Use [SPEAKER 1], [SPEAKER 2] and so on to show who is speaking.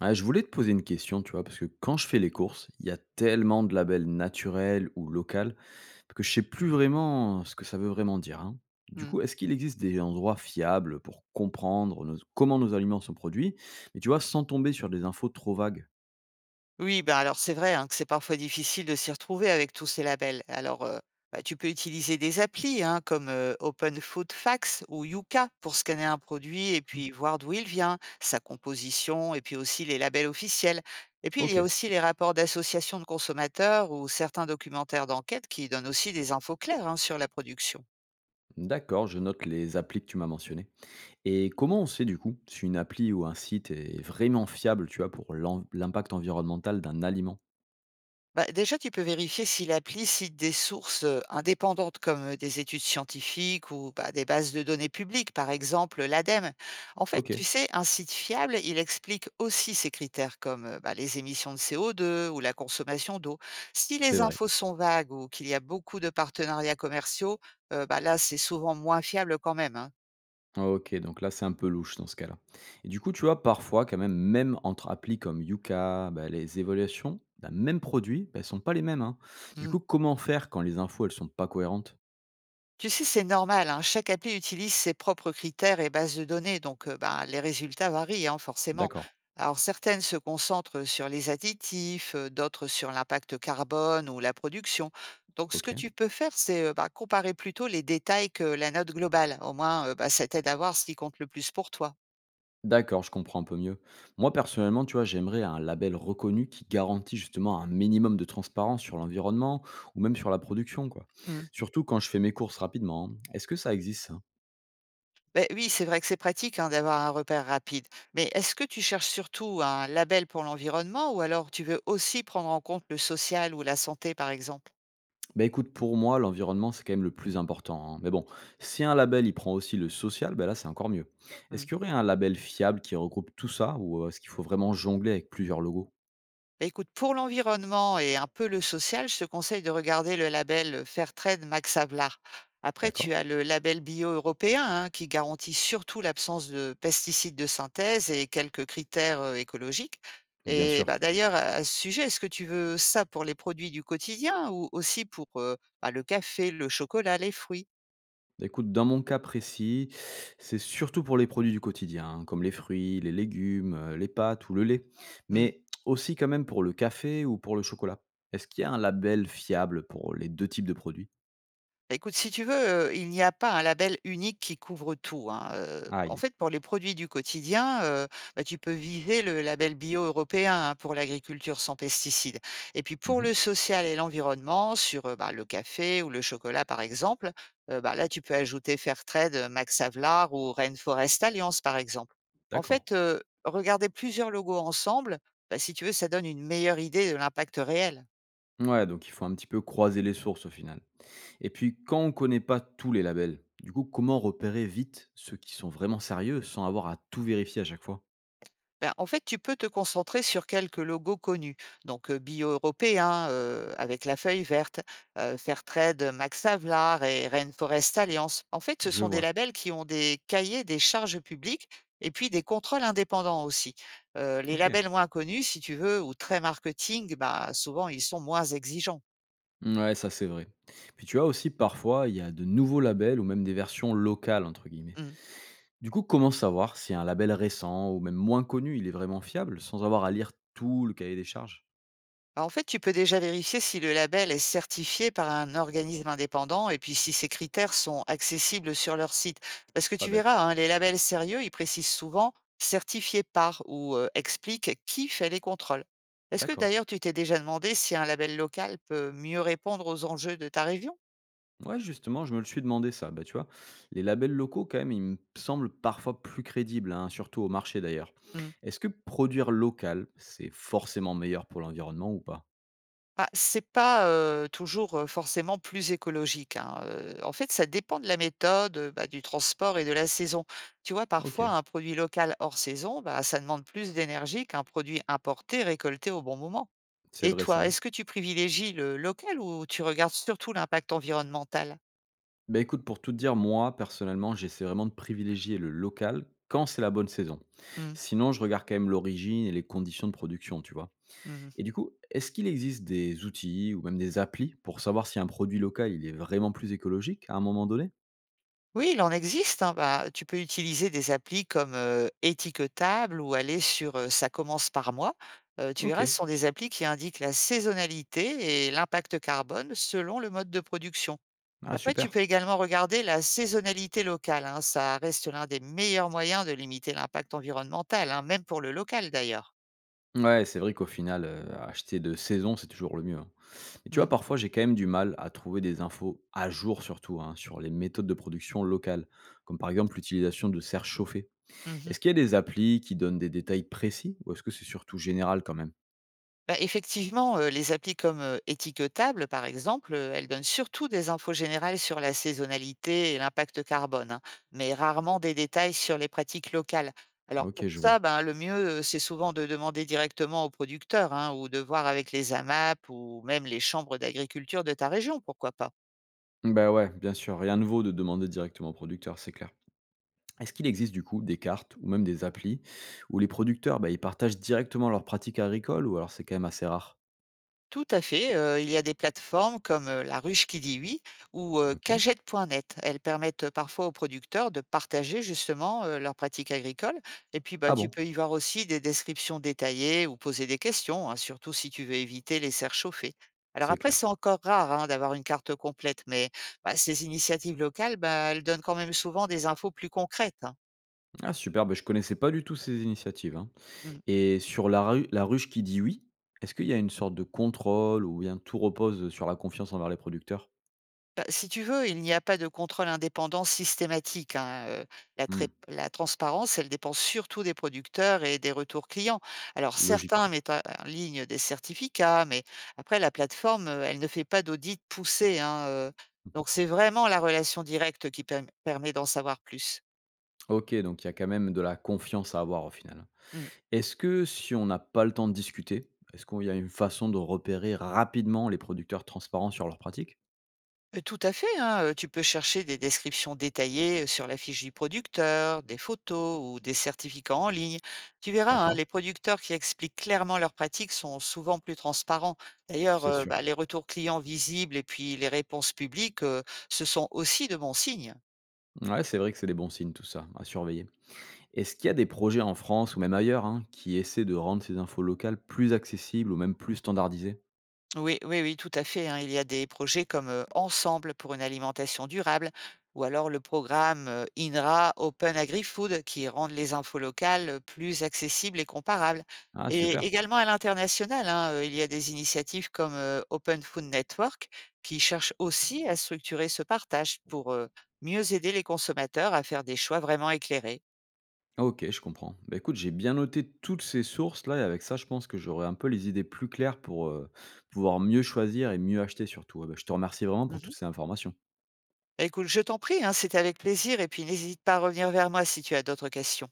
[SPEAKER 1] Ouais, je voulais te poser une question, tu vois, parce que quand je fais les courses, il y a tellement de labels naturels ou locaux que je sais plus vraiment ce que ça veut vraiment dire, hein. Du
[SPEAKER 2] Mmh.
[SPEAKER 1] coup, est-ce qu'il existe des endroits fiables pour comprendre comment nos aliments sont produits, mais tu vois, sans tomber sur des infos trop vagues.
[SPEAKER 2] Oui, bah, alors c'est vrai, hein, que c'est parfois difficile de s'y retrouver avec tous ces labels. Alors, bah, tu peux utiliser des applis, hein, comme, Open Food Facts ou Yuka pour scanner un produit et
[SPEAKER 1] Hmm.
[SPEAKER 2] puis voir d'où il vient, sa composition et puis aussi les labels officiels. Et puis il y
[SPEAKER 1] Ok,
[SPEAKER 2] a aussi les rapports d'associations de consommateurs ou certains documentaires d'enquête qui donnent aussi des infos claires, hein, sur la production.
[SPEAKER 1] d'accord, je note les applis que tu m'as mentionnées. Et comment on sait du coup si une appli ou un site est vraiment fiable, tu vois, pour l'impact environnemental d'un aliment?
[SPEAKER 2] Bah, déjà, tu peux vérifier si l'appli cite des sources indépendantes comme des études scientifiques ou bah, des bases de données publiques, par exemple l'ADEME. En fait,
[SPEAKER 1] Ok,
[SPEAKER 2] tu sais, un site fiable, il explique aussi ses critères comme bah, les émissions de CO2 ou la consommation d'eau. Si
[SPEAKER 1] c'est
[SPEAKER 2] les
[SPEAKER 1] vrai.
[SPEAKER 2] infos sont vagues ou qu'il y a beaucoup de partenariats commerciaux, bah, là, c'est souvent moins fiable quand même. Hein.
[SPEAKER 1] OK, donc là, c'est un peu louche dans ce cas-là. Et du coup, tu vois, parfois, quand même, même entre applis comme Yuka, bah, les évaluations d'un même produit, bah, elles sont pas les mêmes, hein. Du
[SPEAKER 2] Mm.
[SPEAKER 1] coup, comment faire quand les infos, elles sont pas cohérentes?
[SPEAKER 2] Tu sais, c'est normal, hein, chaque appli utilise ses propres critères et bases de données, donc bah, les résultats varient hein, forcément.
[SPEAKER 1] D'accord.
[SPEAKER 2] Alors certaines se concentrent sur les additifs, d'autres sur l'impact carbone ou la production. Donc ce que
[SPEAKER 1] Ok.
[SPEAKER 2] tu peux faire, c'est bah, comparer plutôt les détails que la note globale. Au moins, bah, ça t'aide à voir ce qui compte le plus pour toi.
[SPEAKER 1] D'accord, je comprends un peu mieux. Moi, personnellement, tu vois, j'aimerais un label reconnu qui garantit justement un minimum de transparence sur l'environnement ou même sur la production, quoi.
[SPEAKER 2] Mm.
[SPEAKER 1] Surtout quand je fais mes courses rapidement, hein. Est-ce que ça existe ça?
[SPEAKER 2] Ben oui, c'est vrai que c'est pratique hein, d'avoir un repère rapide. Mais est-ce que tu cherches surtout un label pour l'environnement ou alors tu veux aussi prendre en compte le social ou la santé, par exemple?
[SPEAKER 1] Bah écoute, pour moi, l'environnement, c'est quand même le plus important, hein. Mais bon, si un label, il prend aussi le social, bah là, c'est encore mieux. Est-ce
[SPEAKER 2] Mmh.
[SPEAKER 1] qu'il y aurait un label fiable qui regroupe tout ça ou est-ce qu'il faut vraiment jongler avec plusieurs logos?
[SPEAKER 2] Bah, écoute, pour l'environnement et un peu le social, je te conseille de regarder le label Fairtrade Max Havelaar. Après, tu
[SPEAKER 1] D'accord.
[SPEAKER 2] as le label bio européen hein, qui garantit surtout l'absence de pesticides de synthèse et quelques critères écologiques.
[SPEAKER 1] Bien
[SPEAKER 2] Et
[SPEAKER 1] sûr.
[SPEAKER 2] bah, d'ailleurs, à ce sujet, est-ce que tu veux ça pour les produits du quotidien ou aussi pour bah, le café, le chocolat, les fruits?
[SPEAKER 1] Bah écoute, dans mon cas précis, c'est surtout pour les produits du quotidien, hein, comme les fruits, les légumes, les pâtes ou le lait,
[SPEAKER 2] Hmm.
[SPEAKER 1] mais aussi quand même pour le café ou pour le chocolat. Est-ce qu'il y a un label fiable pour les deux types de produits?
[SPEAKER 2] Bah, écoute, si tu veux, il n'y a pas un label unique qui couvre tout, hein, en
[SPEAKER 1] Aïe.
[SPEAKER 2] fait, pour les produits du quotidien, bah, tu peux viser le label bio européen, hein, pour l'agriculture sans pesticides et puis pour le
[SPEAKER 1] Mhm.
[SPEAKER 2] social et l'environnement sur, bah, le café ou le chocolat, par exemple, bah, là, tu peux ajouter Fairtrade, Max Havelaar ou Rainforest Alliance, par exemple. En
[SPEAKER 1] D'accord.
[SPEAKER 2] fait, regarder plusieurs logos ensemble, bah, si tu veux, ça donne une meilleure idée de l'impact réel.
[SPEAKER 1] Ouais, donc il faut un petit peu croiser les sources au final. Et puis, quand on ne connaît pas tous les labels, du coup, comment repérer vite ceux qui sont vraiment sérieux sans avoir à tout vérifier à chaque fois?
[SPEAKER 2] Ben, en fait, tu peux te concentrer sur quelques logos connus, donc bio européen avec la feuille verte, Fairtrade, Max Havelaar et Rainforest Alliance. En fait, ce
[SPEAKER 1] Je
[SPEAKER 2] sont des
[SPEAKER 1] vois.
[SPEAKER 2] labels qui ont des cahiers des charges publiques et puis des contrôles indépendants aussi. Les
[SPEAKER 1] OK.
[SPEAKER 2] labels moins connus, si tu veux, ou très marketing, bah souvent ils sont moins exigeants.
[SPEAKER 1] Ouais, ça, c'est vrai. Puis tu vois aussi, parfois, il y a de nouveaux labels ou même des versions «locales» entre guillemets.
[SPEAKER 2] Mm.
[SPEAKER 1] Du coup, comment savoir si un label récent ou même moins connu, il est vraiment fiable sans avoir à lire tout le cahier des charges?
[SPEAKER 2] Alors, en fait, tu peux déjà vérifier si le label est certifié par un organisme indépendant et puis si ces critères sont accessibles sur leur site. Parce que
[SPEAKER 1] Pas
[SPEAKER 2] tu
[SPEAKER 1] bête.
[SPEAKER 2] verras, hein, les labels sérieux, ils précisent souvent certifié par ou expliquent qui fait les contrôles. Est-ce que
[SPEAKER 1] D'accord.
[SPEAKER 2] d'ailleurs tu t'es déjà demandé si un label local peut mieux répondre aux enjeux de ta région?
[SPEAKER 1] Ouais, justement, je me le suis demandé ça. Bah, tu vois, les labels locaux, quand même, ils me semblent parfois plus crédibles, hein, surtout au marché d'ailleurs.
[SPEAKER 2] Hmm.
[SPEAKER 1] Est-ce que produire local, c'est forcément meilleur pour l'environnement ou pas?
[SPEAKER 2] Ah, c'est pas, toujours, forcément plus écologique, hein, en fait, ça dépend de la méthode, bah, du transport et de la saison. Tu vois,
[SPEAKER 1] Ok,
[SPEAKER 2] parfois, un produit local hors saison, bah, ça demande plus d'énergie qu'un produit importé récolté au bon moment.
[SPEAKER 1] c'est
[SPEAKER 2] Et
[SPEAKER 1] vrai ça,
[SPEAKER 2] toi,
[SPEAKER 1] hein.
[SPEAKER 2] est-ce que tu privilégies le local ou tu regardes surtout l'impact environnemental?
[SPEAKER 1] Bah écoute, pour tout te dire, moi, personnellement, j'essaie vraiment de privilégier le local quand c'est la bonne saison.
[SPEAKER 2] Mmh.
[SPEAKER 1] Sinon, je regarde quand même l'origine et les conditions de production, tu vois.
[SPEAKER 2] Mmh.
[SPEAKER 1] Et du coup, est-ce qu'il existe des outils ou même des applis pour savoir si un produit local, il est vraiment plus écologique à un moment donné?
[SPEAKER 2] Oui, il en existe, hein. Bah, tu peux utiliser des applis comme Étiquetable ou aller sur Ça commence par moi. Tu
[SPEAKER 1] Ok,
[SPEAKER 2] verras, ce sont des applis qui indiquent la saisonnalité et l'impact carbone selon le mode de production.
[SPEAKER 1] ah
[SPEAKER 2] Après, tu
[SPEAKER 1] super.
[SPEAKER 2] peux également regarder la saisonnalité locale. Hein. Ça reste l'un des meilleurs moyens de limiter l'impact environnemental, hein, même pour le local d'ailleurs.
[SPEAKER 1] Ouais, c'est vrai qu'au final, acheter de saison, c'est toujours le mieux, hein. Mais tu vois,
[SPEAKER 2] Mm.
[SPEAKER 1] parfois, j'ai quand même du mal à trouver des infos à jour surtout, hein, sur les méthodes de production locales, comme par exemple l'utilisation de serres chauffées.
[SPEAKER 2] Mhm.
[SPEAKER 1] Est-ce qu'il y a des applis qui donnent des détails précis ou est-ce que c'est surtout général quand même?
[SPEAKER 2] Bah, effectivement, les applis comme, Étiquetable, par exemple, elles donnent surtout des infos générales sur la saisonnalité et l'impact carbone, hein, mais rarement des détails sur les pratiques locales. Alors
[SPEAKER 1] OK,
[SPEAKER 2] pour
[SPEAKER 1] je
[SPEAKER 2] ça,
[SPEAKER 1] vois.
[SPEAKER 2] ben, le mieux, c'est souvent de demander directement aux producteurs, hein, ou de voir avec les AMAP ou même les chambres d'agriculture de ta région, pourquoi pas.
[SPEAKER 1] Ben ouais, bien sûr, rien de vaut de demander directement au producteur, c'est clair. Est-ce qu'il existe du coup des cartes ou même des applis où les producteurs, bah, ils partagent directement leurs pratiques agricoles ou alors c'est quand même assez rare?
[SPEAKER 2] Tout à fait, il y a des plateformes comme, La Ruche qui dit oui ou,
[SPEAKER 1] OK.
[SPEAKER 2] cagette.net. Elles permettent, parfois aux producteurs de partager justement, leurs pratiques agricoles et puis, bah,
[SPEAKER 1] Ah
[SPEAKER 2] tu
[SPEAKER 1] bon?
[SPEAKER 2] peux y voir aussi des descriptions détaillées ou poser des questions, hein, surtout si tu veux éviter les serres chauffées. Alors
[SPEAKER 1] C'est
[SPEAKER 2] après,
[SPEAKER 1] clair.
[SPEAKER 2] c'est encore rare, hein, d'avoir une carte complète, mais, bah, ces initiatives locales, bah, elles donnent quand même souvent des infos plus concrètes, hein.
[SPEAKER 1] Ah super, ben je connaissais pas du tout ces initiatives, hein.
[SPEAKER 2] Mmh.
[SPEAKER 1] Et sur la ru la ruche qui dit «oui», est-ce qu'il y a une sorte de contrôle ou bien tout repose sur la confiance envers les producteurs?
[SPEAKER 2] Bah, si tu veux, il n'y a pas de contrôle indépendant systématique, hein, heu, la
[SPEAKER 1] Mmh,
[SPEAKER 2] trép la transparence, elle dépend surtout des producteurs et des retours clients. Alors
[SPEAKER 1] logique.
[SPEAKER 2] certains mettent en ligne des certificats, mais après la plateforme, elle ne fait pas d'audit poussé, hein, donc c'est vraiment la relation directe qui permet d'en savoir plus.
[SPEAKER 1] OK, donc il y a quand même de la confiance à avoir au final.
[SPEAKER 2] Mmh.
[SPEAKER 1] Est-ce que si on n'a pas le temps de discuter, est-ce qu'il y a une façon de repérer rapidement les producteurs transparents sur leurs pratiques?
[SPEAKER 2] Tout à fait, hein, tu peux chercher des descriptions détaillées, sur la fiche du producteur, des photos ou des certificats en ligne. Tu verras, hein,
[SPEAKER 1] D'accord,
[SPEAKER 2] les producteurs qui expliquent clairement leurs pratiques sont souvent plus transparents. D'ailleurs,
[SPEAKER 1] c'est sûr.
[SPEAKER 2] bah, les retours clients visibles et puis les réponses publiques, ce sont aussi de bons signes.
[SPEAKER 1] Ouais, c'est vrai que c'est des bons signes tout ça, à surveiller. Est-ce qu'il y a des projets en France ou même ailleurs, hein, qui essaient de rendre ces infos locales plus accessibles ou même plus standardisées?
[SPEAKER 2] Oui, oui, oui, tout à fait, hein. Il y a des projets comme, Ensemble pour une alimentation durable ou alors le programme, INRA Open Agri-Food qui rendent les infos locales, plus accessibles et comparables.
[SPEAKER 1] Ah
[SPEAKER 2] Et
[SPEAKER 1] super.
[SPEAKER 2] également à l'international, hein, il y a des initiatives comme, Open Food Network qui cherchent aussi à structurer ce partage pour, mieux aider les consommateurs à faire des choix vraiment éclairés.
[SPEAKER 1] OK, je comprends. Bah, écoute, j'ai bien noté toutes ces sources-là et avec ça, je pense que j'aurai un peu les idées plus claires pour, pouvoir mieux choisir et mieux acheter surtout. Ah bah, je te remercie vraiment pour
[SPEAKER 2] Mmh.
[SPEAKER 1] toutes ces informations.
[SPEAKER 2] Bah, écoute, je t'en prie, hein, c'était avec plaisir et puis n'hésite pas à revenir vers moi si tu as d'autres questions.